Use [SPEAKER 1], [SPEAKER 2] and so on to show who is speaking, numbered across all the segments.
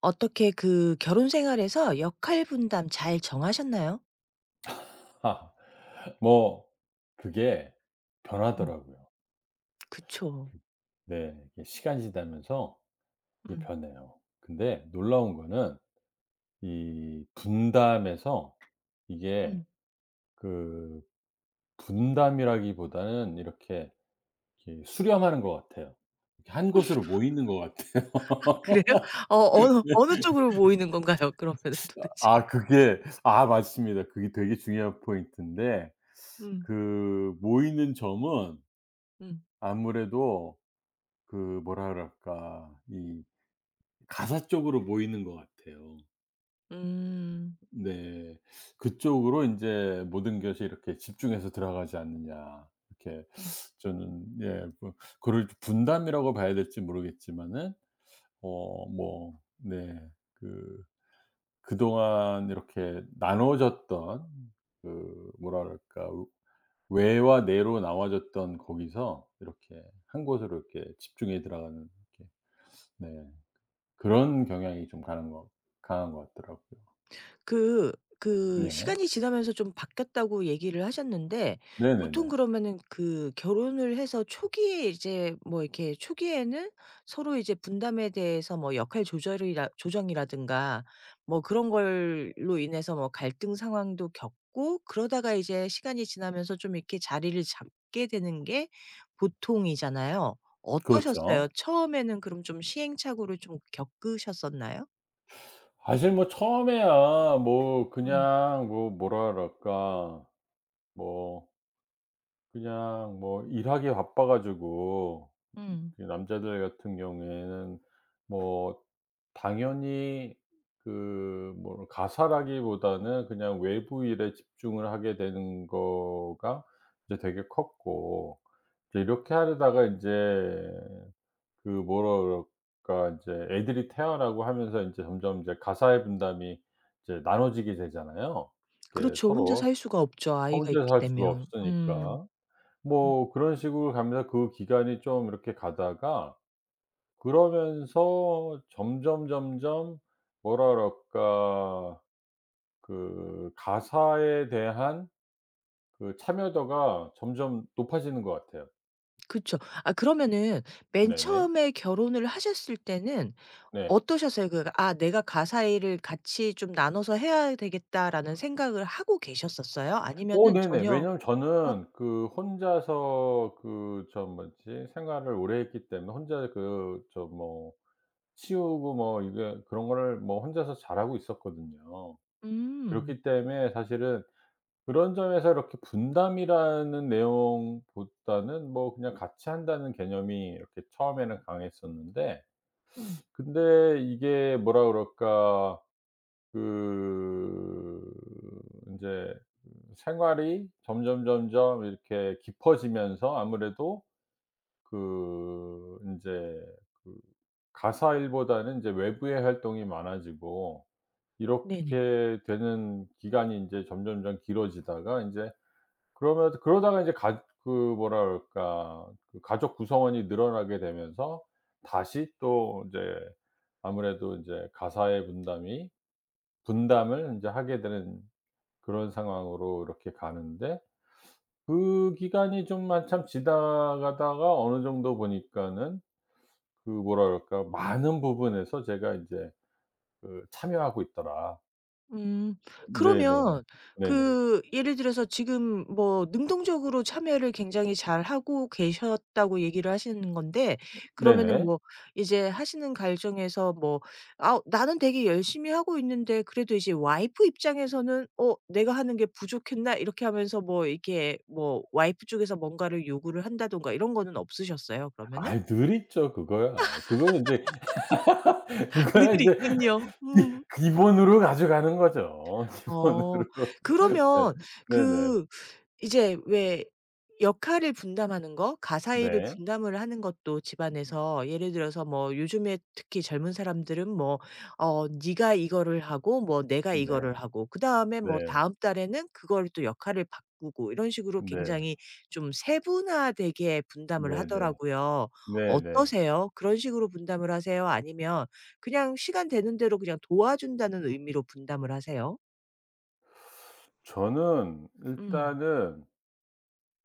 [SPEAKER 1] 어떻게 그 결혼 생활에서 역할 분담 잘 정하셨나요?
[SPEAKER 2] 아 뭐 그게
[SPEAKER 1] 음.
[SPEAKER 2] 변하더라고요.
[SPEAKER 1] 그쵸.
[SPEAKER 2] 그 네. 이게 시간이 지나면서 이게
[SPEAKER 1] 음.
[SPEAKER 2] 변해요. 근데 놀라운 거는 이 분담에서 이게
[SPEAKER 1] 음.
[SPEAKER 2] 그 분담이라기보다는 이렇게, 이렇게 수렴하는 것 같아요. 이렇게 한 곳으로 모이는 것 같아요.
[SPEAKER 1] 그래요? 어느 쪽으로 모이는 건가요? 그러면은 도대체.
[SPEAKER 2] 아 그게 아 맞습니다. 그게 되게 중요한 포인트인데
[SPEAKER 1] 음.
[SPEAKER 2] 그 모이는 점은
[SPEAKER 1] 음.
[SPEAKER 2] 아무래도 그 뭐라 그럴까 이 가사 쪽으로 모이는 것 같아요.
[SPEAKER 1] 음.
[SPEAKER 2] 네. 그쪽으로 인제 모든 것이 이렇게 집중해서 들어가지 않느냐. 이렇게 저는 예 뭐 그걸 분담이라고 봐야 될지 모르겠지만은 어 뭐 네 그 그동안 이렇게 나눠졌던 그 뭐라 그럴까 외와 내로 나눠졌던 거기서 이렇게 한 곳으로 이렇게 집중해 들어가는 이렇게 네 그런 경향이 좀 가는 것 강한 것 같더라고요.
[SPEAKER 1] 그 그
[SPEAKER 2] 네.
[SPEAKER 1] 시간이 지나면서 좀 바뀌었다고 얘기를 하셨는데 보통
[SPEAKER 2] 네네네.
[SPEAKER 1] 그러면은 그 결혼을 해서 초기에 이제 뭐 이렇게 초기에는 서로 이제 분담에 대해서 뭐 역할 조절이라 조정이라든가 뭐 그런 걸로 인해서 뭐 갈등 상황도 겪고 그러다가 이제 시간이 지나면서 좀 이렇게 자리를 잡게 되는 게 보통이잖아요.
[SPEAKER 2] 그렇죠.
[SPEAKER 1] 어떠셨어요? 처음에는 그럼 좀 시행착오를 좀 겪으셨었나요?
[SPEAKER 2] 사실 뭐 처음에야 뭐
[SPEAKER 1] 음.
[SPEAKER 2] 그냥 뭐 뭐라 그럴까. 뭐 그냥 뭐 일하기 바빠 가지고
[SPEAKER 1] 음.
[SPEAKER 2] 그 남자들 같은 경우에는 뭐 당연히 그 뭐 가사라기보다는 그냥 외부 일에 집중을 하게 되는 거가 이제 되게 컸고 이제 이렇게 하려다가 인제 그 뭐라 그럴까 이제 애들이 태어나고 하면서 인제 점점 이제 가사의 분담이 이제 나눠지게 되잖아요. 이렇게
[SPEAKER 1] 그렇죠. 혼자
[SPEAKER 2] 서로
[SPEAKER 1] 살 수가 없죠,
[SPEAKER 2] 아
[SPEAKER 1] 아이가
[SPEAKER 2] 혼자
[SPEAKER 1] 있게
[SPEAKER 2] 살 수가
[SPEAKER 1] 되면. 음.
[SPEAKER 2] 없으니까.
[SPEAKER 1] 음.
[SPEAKER 2] 뭐 그런 식으로 가면서 그 기간이 좀 이렇게 가다가 그러면서 점점, 점점 뭐라 그럴까 그 가사에 대한 그 참여도가 점점 높아지는 것 같아요.
[SPEAKER 1] 그쵸. 아 그러면은 맨
[SPEAKER 2] 네네.
[SPEAKER 1] 처음에 결혼을 하셨을 때는
[SPEAKER 2] 네.
[SPEAKER 1] 어떠셨어요? 그 '아 내가 가사 일을 같이 좀 나눠서 해야 되겠다.'라는 생각을 하고 계셨었어요?
[SPEAKER 2] 어
[SPEAKER 1] 아니면은
[SPEAKER 2] 네네.
[SPEAKER 1] 전혀
[SPEAKER 2] 왜냐면 저는 그 혼자서 그 저 뭐지 생활을 오래 했기 때문에 혼자 그 저 뭐 치우고 뭐 이게 그런 거를 뭐 혼자서 잘하고 있었거든요.
[SPEAKER 1] 음.
[SPEAKER 2] 그렇기 때문에 사실은 그런 점에서 이렇게 분담이라는 내용보다는 뭐 그냥 같이 한다는 개념이 이렇게 처음에는 강했었는데
[SPEAKER 1] 음.
[SPEAKER 2] 근데 이게 뭐라 그럴까 그 인제 그 생활이 점점 이렇게 깊어지면서 아무래도 그 인제 그 가사 일보다는 이제 외부의 활동이 많아지고
[SPEAKER 1] 네네.
[SPEAKER 2] 이렇게 되는 기간이 인제 점점점 길어지다가 인제 그러면 그러다가 이제 가 그 뭐라 그럴까 그 가족 구성원이 늘어나게 되면서 다시 또 인제 아무래도 인제 가사의 분담이 분담을 이제 하게 되는 그런 상황으로 이렇게 가는데 그 기간이 좀 한참 지나가다가 어느 정도 보니까는 그 뭐라 그럴까 많은 부분에서 제가 인제 그 "참여하고 있더라."
[SPEAKER 1] 음.
[SPEAKER 2] 네네.
[SPEAKER 1] 그러면
[SPEAKER 2] 네네.
[SPEAKER 1] 그 예를 들어서 지금 뭐 능동적으로 참여를 굉장히 잘하고 계셨다고 얘기를 하시는 건데 그러면은
[SPEAKER 2] 네네.
[SPEAKER 1] 뭐 이제 하시는 과정에서 뭐 '아 나는 되게 열심히 하고 있는데 그래도 이제 와이프 입장에서는 어 내가 하는 게 부족했나?' 이렇게 하면서 뭐 이렇게 뭐 와이프 쪽에서 뭔가를 요구를 한다든가 이런 거는 없으셨어요 그러면은?
[SPEAKER 2] 아이 늘 있죠 그거야. 그거는 인제
[SPEAKER 1] 늘
[SPEAKER 2] 그거야 인제
[SPEAKER 1] 있군요.
[SPEAKER 2] 기
[SPEAKER 1] 음.
[SPEAKER 2] 기본으로 가져가는 거죠. 기본으로.
[SPEAKER 1] 어.
[SPEAKER 2] 네.
[SPEAKER 1] 그러면
[SPEAKER 2] 네네.
[SPEAKER 1] 그 이제 왜 역할을 분담하는 거 가사 일을
[SPEAKER 2] 네.
[SPEAKER 1] 분담을 하는 것도 집안에서 예를 들어서 뭐 요즘에 특히 젊은 사람들은 뭐 "네가 이거를 하고 뭐 내가
[SPEAKER 2] 네.
[SPEAKER 1] 이거를 하고 그다음에
[SPEAKER 2] 네.
[SPEAKER 1] 뭐 다음 달에는 그걸 또 역할을 바꾸고." 이런 식으로
[SPEAKER 2] 네.
[SPEAKER 1] 굉장히 좀 세분화되게 분담을
[SPEAKER 2] 네네.
[SPEAKER 1] 하더라고요.
[SPEAKER 2] 네네.
[SPEAKER 1] 어떠세요? 그런 식으로 분담을 하세요? 아니면 그냥 시간 되는 대로 그냥 도와준다는 의미로 분담을 하세요?
[SPEAKER 2] 저는
[SPEAKER 1] 음.
[SPEAKER 2] 일단은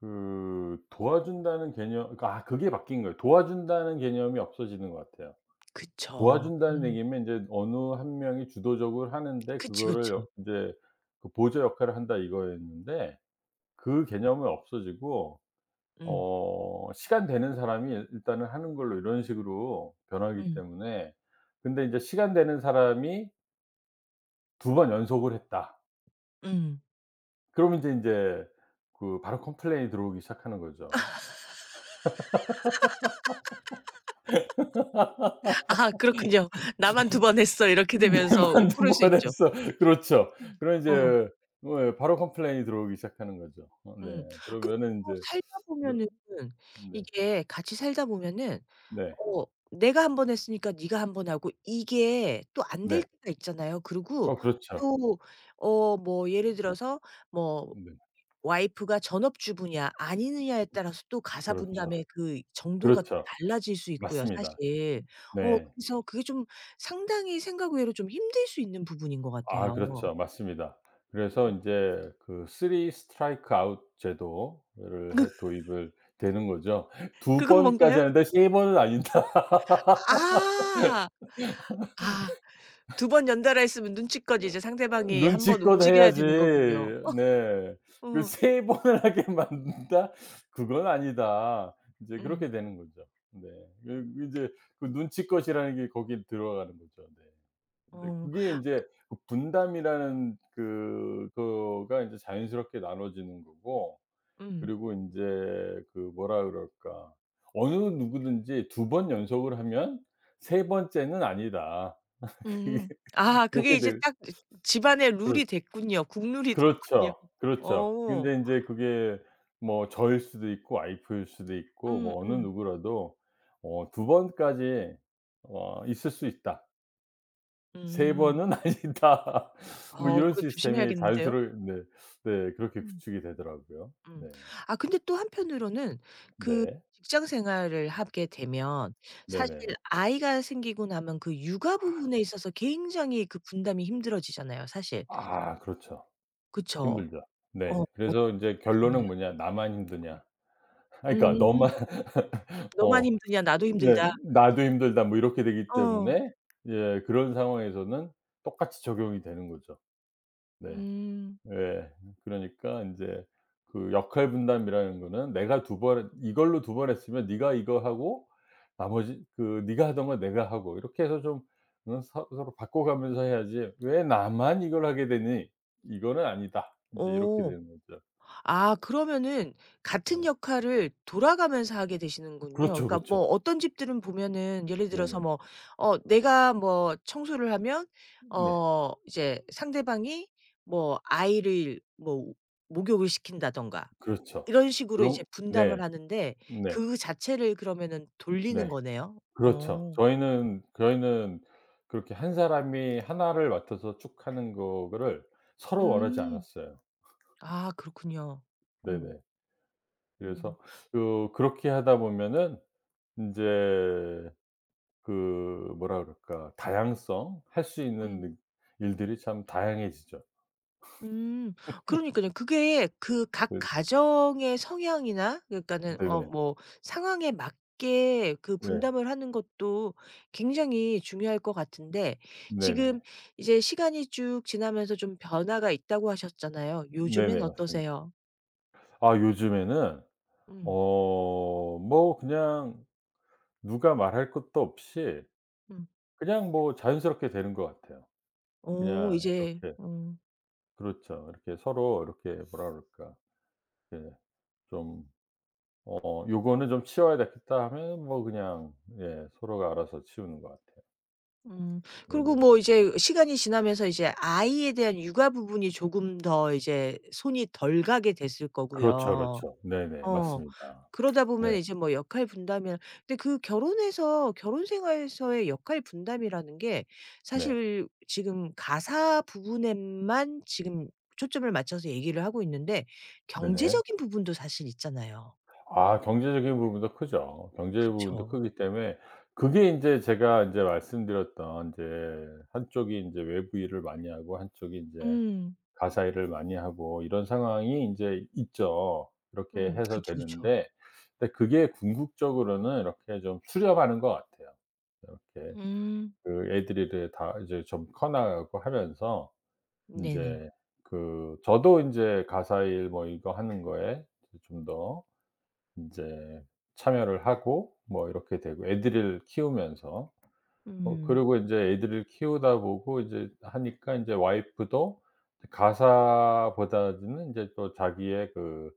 [SPEAKER 2] 그 도와준다는 개념 그러니까 아 그게 바뀐 거예요. 도와준다는 개념이 없어지는 것 같아요.
[SPEAKER 1] 그쵸.
[SPEAKER 2] 도와준다는
[SPEAKER 1] 음.
[SPEAKER 2] 얘기면 인제 어느 한 명이 주도적으로 하는데
[SPEAKER 1] 그치,
[SPEAKER 2] 그거를 이
[SPEAKER 1] 그쵸.
[SPEAKER 2] 인제 그 보조 역할을 한다 이거였는데 그 개념은 없어지고
[SPEAKER 1] 음.
[SPEAKER 2] 어 시간 되는 사람이 일 일단은 하는 걸로 이런 식으로 변하기
[SPEAKER 1] 음.
[SPEAKER 2] 때문에 근데 인제 시간 되는 사람이 두 번 연속을 했다.
[SPEAKER 1] 음.
[SPEAKER 2] 그러면 인제 그 바로 컴플레인이 들어오기 시작하는 거죠.
[SPEAKER 1] 아 그렇군요. '나만 두 번 했어.'
[SPEAKER 2] 네
[SPEAKER 1] 이렇게 되면서
[SPEAKER 2] 만두
[SPEAKER 1] 그럴 수
[SPEAKER 2] 보했
[SPEAKER 1] 있죠.
[SPEAKER 2] 어 그렇죠.
[SPEAKER 1] 음.
[SPEAKER 2] 그럼
[SPEAKER 1] 어.
[SPEAKER 2] 인제 뭐 예 바로 컴플레인이 들어오기 시작하는 거죠. 어 네.
[SPEAKER 1] 음. 근데
[SPEAKER 2] 그러면은
[SPEAKER 1] 또
[SPEAKER 2] 인제
[SPEAKER 1] 살다
[SPEAKER 2] 너
[SPEAKER 1] 보면은
[SPEAKER 2] 네.
[SPEAKER 1] 이게 같이 살다 보면은
[SPEAKER 2] 네.
[SPEAKER 1] 어 내가 한 번 했으니까 네가 한 번 하고 이게 또 안 될
[SPEAKER 2] 네.
[SPEAKER 1] 때가 있잖아요. 그리고
[SPEAKER 2] 어 그렇죠.
[SPEAKER 1] 또 뭐 예를 들어서 뭐
[SPEAKER 2] 네.
[SPEAKER 1] 와이프가 전업주부냐 아니느냐에 따라서 또 가사
[SPEAKER 2] 그렇죠.
[SPEAKER 1] 분담의 그 정도가
[SPEAKER 2] 그렇죠.
[SPEAKER 1] 달라질 수 있고요
[SPEAKER 2] 맞습니다.
[SPEAKER 1] 사실.
[SPEAKER 2] 네.
[SPEAKER 1] 그래서 그게 좀 상당히 생각 외로 좀 힘들 수 있는 부분인 것
[SPEAKER 2] 아
[SPEAKER 1] 같아요.
[SPEAKER 2] 그렇죠. 맞습니다. 그래서 인제 그 쓰리 스트라이크 아웃 제도를 해 도입을 되는 거죠. 두
[SPEAKER 1] 그건
[SPEAKER 2] 번까지
[SPEAKER 1] 뭔가요?
[SPEAKER 2] 하는데 세 번은 아니다.
[SPEAKER 1] 아. 아 두 번 연달아 했으면 눈치껏 이제 상대방이 한번
[SPEAKER 2] 눈치껏
[SPEAKER 1] 움직여야
[SPEAKER 2] 해야지.
[SPEAKER 1] 되는 거군요.
[SPEAKER 2] 네. 그
[SPEAKER 1] 어
[SPEAKER 2] 세 번을 하게 만든다? 그건 아니다. 이제
[SPEAKER 1] 음.
[SPEAKER 2] 그렇게 되는 거죠. 네. 그 이제 그 눈치껏이라는 게 거기 들어가는 거죠. 네. 근데
[SPEAKER 1] 어
[SPEAKER 2] 그게 인제 그 분담이라는 그, 그거가 인제 자연스럽게 나눠지는 거고
[SPEAKER 1] 음.
[SPEAKER 2] 그리고 인제 그 뭐라 그럴까. 어느 누구든지 두 번 연속을 하면 세 번째는 아니다. 그게
[SPEAKER 1] 음. 아 그게
[SPEAKER 2] 그렇게
[SPEAKER 1] 이제
[SPEAKER 2] 될
[SPEAKER 1] 딱 이 집안의 룰이
[SPEAKER 2] 그렇
[SPEAKER 1] 됐군요. 국룰이 됐군요.
[SPEAKER 2] 그렇죠. 그렇죠.
[SPEAKER 1] 어.
[SPEAKER 2] 근데 인제 그게 뭐 저일 수도 있고 와이프일 수도 있고
[SPEAKER 1] 음음.
[SPEAKER 2] 뭐 어느
[SPEAKER 1] 음.
[SPEAKER 2] 누구라도 어 두 번까지 어 있을 수 있다. 세
[SPEAKER 1] 음.
[SPEAKER 2] 번은 아니다. 뭐 이런
[SPEAKER 1] 그거
[SPEAKER 2] 시스템이
[SPEAKER 1] 조심해야겠는데요.
[SPEAKER 2] 자연스러워 네. 네. 그렇게
[SPEAKER 1] 음.
[SPEAKER 2] 구축이 되더라고요.
[SPEAKER 1] 음.
[SPEAKER 2] 네.
[SPEAKER 1] 아 근데 또 한편으로는 그
[SPEAKER 2] 네.
[SPEAKER 1] 직장 생활을 하게 되면 사실
[SPEAKER 2] 네네.
[SPEAKER 1] 아이가 생기고 나면 그 육아 부분에 있어서 굉장히 그 분담이 힘들어지잖아요 사실.
[SPEAKER 2] 아 그렇죠.
[SPEAKER 1] 그쵸?
[SPEAKER 2] 힘들죠.
[SPEAKER 1] 어
[SPEAKER 2] 네. 그래서 인제
[SPEAKER 1] 어떠셨나요?
[SPEAKER 2] 결론은 뭐냐 '나만 힘드냐.' 아이 그러니까
[SPEAKER 1] 음.
[SPEAKER 2] 너만
[SPEAKER 1] "너만
[SPEAKER 2] 어
[SPEAKER 1] 힘드냐 나도
[SPEAKER 2] 네.
[SPEAKER 1] 힘들다."
[SPEAKER 2] '나도 힘들다.' 뭐 이렇게 되기
[SPEAKER 1] 어.
[SPEAKER 2] 때문에 예 그런 상황에서는 똑같이 적용이 되는 거죠. 네.
[SPEAKER 1] 음.
[SPEAKER 2] 예. 그러니까 인제 그 역할 분담이라는 거는 내가 두 번 이걸로 두 번 했으면 네가 이거 하고 나머지 그 네가 하던 건 내가 하고 이렇게 해서 좀 응 서 서로 바꿔가면서 해야지 '왜 나만 이걸 하게 되니? 이거는 아니다.' 인제 이렇게
[SPEAKER 1] 어.
[SPEAKER 2] 되는 거죠.
[SPEAKER 1] 아 그러면은
[SPEAKER 2] 네.
[SPEAKER 1] 같은 역할을 돌아가면서 하게 되시는군요.
[SPEAKER 2] 그렇죠,
[SPEAKER 1] 그러니까 뭐
[SPEAKER 2] 그렇죠.
[SPEAKER 1] 어떤 집들은 보면은 예를 들어서
[SPEAKER 2] 네네.
[SPEAKER 1] 뭐 내가 뭐 청소를 하면
[SPEAKER 2] 네.
[SPEAKER 1] 이제 상대방이 뭐 아이를 뭐 목욕을 시킨다든가
[SPEAKER 2] 그렇죠.
[SPEAKER 1] 이런 식으로 이제
[SPEAKER 2] 그럼
[SPEAKER 1] 분담을
[SPEAKER 2] 네.
[SPEAKER 1] 하는데
[SPEAKER 2] 네.
[SPEAKER 1] 그 자체를 그러면은 돌리는
[SPEAKER 2] 네.
[SPEAKER 1] 거네요.
[SPEAKER 2] 그렇죠.
[SPEAKER 1] 어.
[SPEAKER 2] 저희는 그렇게 한 사람이 하나를 맡아서 쭉 하는 거를 서로 원하지
[SPEAKER 1] 음.
[SPEAKER 2] 않았어요.
[SPEAKER 1] 아 그렇군요. 어.
[SPEAKER 2] 네네.
[SPEAKER 1] 어.
[SPEAKER 2] 그래서 그 그렇게 하다 보면은 인제 그 뭐라 그럴까 다양성 할 수 있는
[SPEAKER 1] 음.
[SPEAKER 2] 느 일들이 참 다양해지죠.
[SPEAKER 1] 음. 그러니까요 그게 그 각
[SPEAKER 2] 그
[SPEAKER 1] 가정의 성향이나 그러니까는 어
[SPEAKER 2] 네네.
[SPEAKER 1] 뭐 상황에 맞게 그
[SPEAKER 2] 네.
[SPEAKER 1] 분담을 하는 것도 굉장히 중요할 것 같은데 지금
[SPEAKER 2] 네네.
[SPEAKER 1] 이제 시간이 쭉 지나면서 좀 변화가 있다고 하셨잖아요. 요즘엔
[SPEAKER 2] 네네. 맞습니다.
[SPEAKER 1] 어떠세요?
[SPEAKER 2] 아 요즘에는
[SPEAKER 1] 음.
[SPEAKER 2] 어 뭐 그냥 누가 말할 것도 없이
[SPEAKER 1] 음.
[SPEAKER 2] 그냥 뭐 자연스럽게 되는 것 같아요.
[SPEAKER 1] 오,
[SPEAKER 2] 그냥
[SPEAKER 1] 이제
[SPEAKER 2] 이렇게
[SPEAKER 1] 어
[SPEAKER 2] 그렇죠. 이렇게 서로 이렇게 뭐라 그럴까. 예. 좀어 어, '요거는 좀 치워야 되겠다.' 하면 뭐 그냥 예 서로가 알아서 치우는 것 같아요.
[SPEAKER 1] 음. 그리고
[SPEAKER 2] 네네.
[SPEAKER 1] 뭐 이제 시간이 지나면서 이제 아이에 대한 육아 부분이 조금 더 이제 손이 덜 가게 됐을
[SPEAKER 2] 그렇죠,
[SPEAKER 1] 거고요.
[SPEAKER 2] 그렇죠. 네네.
[SPEAKER 1] 어.
[SPEAKER 2] 맞습니다.
[SPEAKER 1] 그러다 보면
[SPEAKER 2] 네.
[SPEAKER 1] 이제 뭐 역할 분담이나 근데 그 결혼 생활에서의 역할 분담이라는 게
[SPEAKER 2] 네.
[SPEAKER 1] 사실 지금 가사 부분에만 지금 초점을 맞춰서 얘기를 하고 있는데
[SPEAKER 2] 네네.
[SPEAKER 1] 경제적인 부분도 사실 있잖아요.
[SPEAKER 2] 아 경제적인 부분도 크죠. 경제 부분도
[SPEAKER 1] 그쵸.
[SPEAKER 2] 크기 때문에 그게 인제 제가 인제 말씀드렸던 인제 한쪽이 인제 외부 일을 많이 하고 한쪽이 인제
[SPEAKER 1] 음.
[SPEAKER 2] 가사 일을 많이 하고 이런 상황이 인제 있죠. 그렇게
[SPEAKER 1] 음.
[SPEAKER 2] 해서
[SPEAKER 1] 그쵸, 그쵸.
[SPEAKER 2] 되는데 근데 그게 궁극적으로는 이렇게 좀 수렴하는 것 같아요. 이렇게
[SPEAKER 1] 음.
[SPEAKER 2] 그 애들이 이제 다 이제 좀 커 나가고 하면서
[SPEAKER 1] 네네.
[SPEAKER 2] 인제 그 저도 인제 가사 일 뭐 이거 하는 거에 좀 더 인제 참여를 하고 뭐 이렇게 되고 애들을 키우면서 어
[SPEAKER 1] 음.
[SPEAKER 2] 그리고 인제 애들을 키우다 보고 이제 하니까 인제 와이프도 가사보다는 인제 또 자기의 그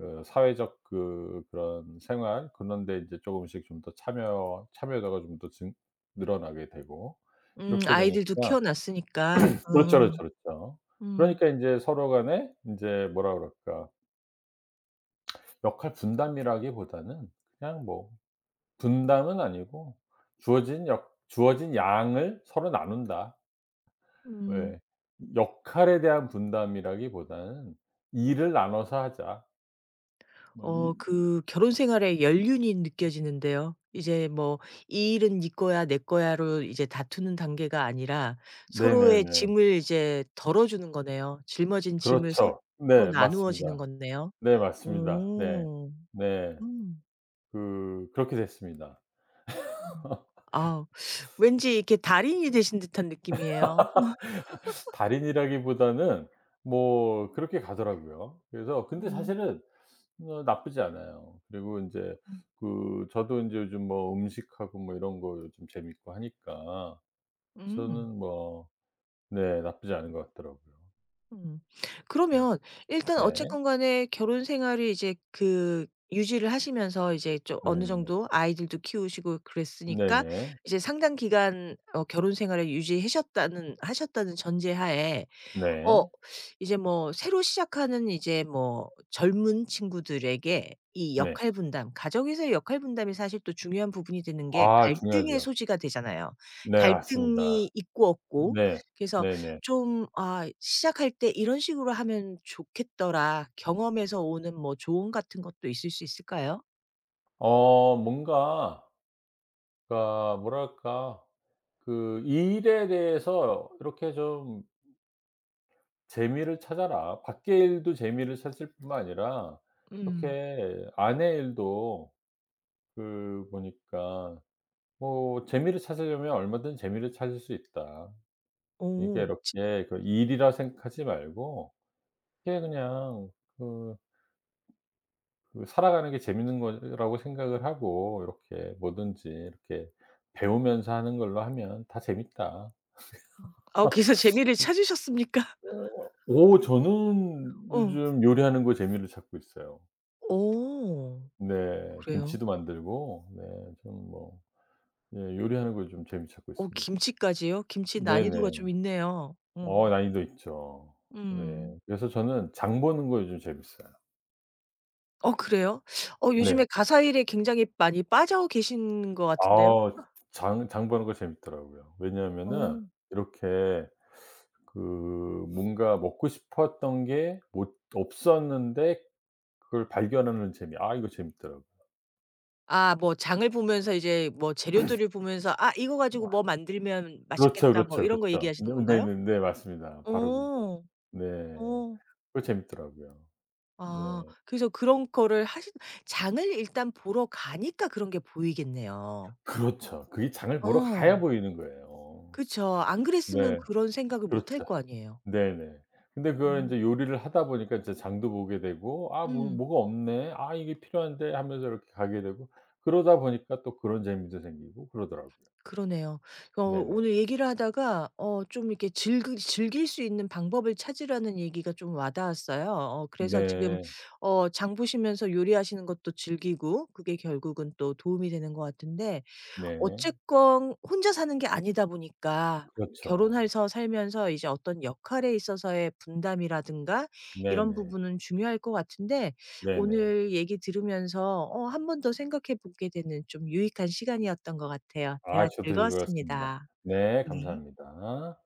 [SPEAKER 2] 그 사회적 그 그런 생활 그런 데 인제 조금씩 좀 더 참여도가 좀 더 증 늘어나게 되고
[SPEAKER 1] 음.
[SPEAKER 2] 이렇게
[SPEAKER 1] 아이들도
[SPEAKER 2] 되니까
[SPEAKER 1] 키워 놨으니까.
[SPEAKER 2] 그렇죠, 그렇죠,
[SPEAKER 1] 음.
[SPEAKER 2] 그렇죠.
[SPEAKER 1] 음.
[SPEAKER 2] 그러니까 인제 서로 간에 인제 뭐라 그럴까 역할 분담이라기보다는 그냥 뭐 분담은 아니고 주어진 역 주어진 양을 서로 나눈다.
[SPEAKER 1] 음.
[SPEAKER 2] 왜 역할에 대한 분담이라기보다는 "일을 나눠서 하자." 뭐 이
[SPEAKER 1] 그 결혼 생활의 연륜이 느껴지는데요. 이제 뭐 "이 일은 네 거야. 내 거야."로 이제 다투는 단계가 아니라 서로의
[SPEAKER 2] 네네네.
[SPEAKER 1] 짐을 이제 덜어 주는 거네요. 짊어진 짐을 서로
[SPEAKER 2] 그렇죠. 네
[SPEAKER 1] 나누어지는
[SPEAKER 2] 맞습니다.
[SPEAKER 1] 거네요.
[SPEAKER 2] 네 맞습니다. 네.
[SPEAKER 1] 오.
[SPEAKER 2] 네.
[SPEAKER 1] 음.
[SPEAKER 2] 그 그렇게 됐습니다.
[SPEAKER 1] 음. 아 왠지 이렇게 달인이 되신 듯한 느낌이에요.
[SPEAKER 2] 달인이라기보다는 뭐 그렇게 가더라고요. 그래서 근데
[SPEAKER 1] 음.
[SPEAKER 2] 사실은 어 나쁘지 않아요. 그리고 인제
[SPEAKER 1] 음.
[SPEAKER 2] 그 저도 인제 요즘 뭐 음식하고 뭐 이런 거 요즘 재밌고 하니까
[SPEAKER 1] 음.
[SPEAKER 2] 저는 뭐 네 나쁘지 않은 것 같더라고요.
[SPEAKER 1] 음.
[SPEAKER 2] 네.
[SPEAKER 1] 그러면 일단
[SPEAKER 2] 네.
[SPEAKER 1] 어쨌건 간에 결혼 생활을 이제 그 유지를 하시면서 이제 좀 어느
[SPEAKER 2] 네.
[SPEAKER 1] 정도 아이들도 키우시고 그랬으니까
[SPEAKER 2] 네네.
[SPEAKER 1] 이제 상당 기간 어 결혼 생활을 유지하셨다는 하셨다는 전제하에 어
[SPEAKER 2] 네.
[SPEAKER 1] 이제 뭐 새로 시작하는 이제 뭐 젊은 친구들에게 이
[SPEAKER 2] 네.
[SPEAKER 1] 역할 분담, 가정에서의 역할 분담이 사실 또 중요한 부분이 되는 게
[SPEAKER 2] 아
[SPEAKER 1] 갈등의
[SPEAKER 2] 중요하죠.
[SPEAKER 1] 소지가 되잖아요.
[SPEAKER 2] 네 맞습니다.
[SPEAKER 1] 갈등이 있고 없고
[SPEAKER 2] 네.
[SPEAKER 1] 그래서
[SPEAKER 2] 네네.
[SPEAKER 1] 좀 '아 시작할 때 이런 식으로 하면 좋겠더라.' 경험에서 오는 뭐 조언 같은 것도 있을 수 있을까요?
[SPEAKER 2] 어 뭔가 그러니까 뭐랄까 그 '이 '일에 대해서 이렇게 좀 재미를 찾아라.' 밖의 일도 재미를 찾을 뿐만 아니라
[SPEAKER 1] 음.
[SPEAKER 2] 이렇게 안의 일도 그 보니까 뭐 '재미를 찾으려면 얼마든 재미를 찾을 수 있다.' 이게
[SPEAKER 1] 오 지
[SPEAKER 2] 이렇게 그 일이라 생각하지 말고 이게 그냥 그 그 살아가는 게 재밌는 거라고 생각을 하고 이렇게 뭐든지 이렇게 배우면서 하는 걸로 하면 다 재밌다.
[SPEAKER 1] 아 그래서
[SPEAKER 2] 어
[SPEAKER 1] 재미를 찾으셨습니까?
[SPEAKER 2] 오 저는
[SPEAKER 1] 어.
[SPEAKER 2] 요즘 요리하는 거에 재미를 찾고 있어요.
[SPEAKER 1] 오
[SPEAKER 2] 네.
[SPEAKER 1] 그래요?
[SPEAKER 2] 김치도 만들고 네 좀 뭐 예 요리하는 거에 좀 재미 찾고 있습니다.
[SPEAKER 1] 김치까지요? 김치 난이도가 좀
[SPEAKER 2] 네네.
[SPEAKER 1] 있네요. 어.
[SPEAKER 2] 어 난이도 있죠.
[SPEAKER 1] 음.
[SPEAKER 2] 네. 그래서 저는 장 보는 거 요즘 재밌어요.
[SPEAKER 1] 어 그래요?
[SPEAKER 2] 네.
[SPEAKER 1] 요즘에 가사일에 굉장히 많이 빠져 계신 것 같은데요?
[SPEAKER 2] 아 장 보는 거 재밌더라고요. 왜냐하면은
[SPEAKER 1] 어.
[SPEAKER 2] 이렇게 그 뭔가 먹고 싶었던 게 못 없었는데 그걸 발견하는 재미. 아 이거 재밌더라고요.
[SPEAKER 1] 아 뭐 장을 보면서 이제 뭐 재료들을 보면서 '아 이거 가지고
[SPEAKER 2] 아
[SPEAKER 1] 뭐 만들면
[SPEAKER 2] 그렇죠,
[SPEAKER 1] 맛있겠다.' 뭐
[SPEAKER 2] 그렇죠,
[SPEAKER 1] 이런 거
[SPEAKER 2] 그렇죠. 네
[SPEAKER 1] 얘기하시는 건가요?
[SPEAKER 2] 네네네. 맞습니다. 바로 그거.
[SPEAKER 1] 어.
[SPEAKER 2] 네.
[SPEAKER 1] 어.
[SPEAKER 2] 그거 재밌더라고요.
[SPEAKER 1] 아
[SPEAKER 2] 네.
[SPEAKER 1] 그래서 그런 거를 하신 장을 일단 보러 가니까 그런 게 보이겠네요.
[SPEAKER 2] 그렇죠. 그게 장을 보러
[SPEAKER 1] 어.
[SPEAKER 2] 가야 보이는 거예요.
[SPEAKER 1] 그쵸. 안 그랬으면
[SPEAKER 2] 네.
[SPEAKER 1] 그런 생각을 못 할
[SPEAKER 2] 그렇죠.
[SPEAKER 1] 거 아니에요.
[SPEAKER 2] 네네. 근데 그걸
[SPEAKER 1] 음.
[SPEAKER 2] 인제 요리를 하다 보니까 이제 장도 보게 되고 '아 뭐
[SPEAKER 1] 음.
[SPEAKER 2] 뭐가 없네. 아 이게 필요한데.' 하면서 이렇게 가게 되고 그러다 보니까 또 그런 재미도 생기고 그러더라고요.
[SPEAKER 1] 그러네요.
[SPEAKER 2] 네네.
[SPEAKER 1] 오늘 얘기를 하다가 좀 이렇게 즐 즐길 수 있는 방법을 찾으라는 얘기가 좀 와닿았어요. 그래서 지금
[SPEAKER 2] 네.
[SPEAKER 1] 장 보시면서 요리하시는 것도 즐기고 그게 결국은 또 도움이 되는 것 같은데
[SPEAKER 2] 네.
[SPEAKER 1] 어쨌건 혼자 사는 게 아니다 보니까
[SPEAKER 2] 그렇죠.
[SPEAKER 1] 결혼해서 살면서 이제 어떤 역할에 있어서의 분담이라든가 이런
[SPEAKER 2] 네네.
[SPEAKER 1] 부분은 중요할 것 같은데
[SPEAKER 2] 네네.
[SPEAKER 1] 오늘 얘기 들으면서 한 번 더 생각해 보게 되는 좀 유익한 시간이었던 것 같아요.
[SPEAKER 2] 아
[SPEAKER 1] 대화
[SPEAKER 2] 저도 즐거웠습니다.
[SPEAKER 1] 즐거웠습니다.
[SPEAKER 2] 네
[SPEAKER 1] 네.
[SPEAKER 2] 감사합니다.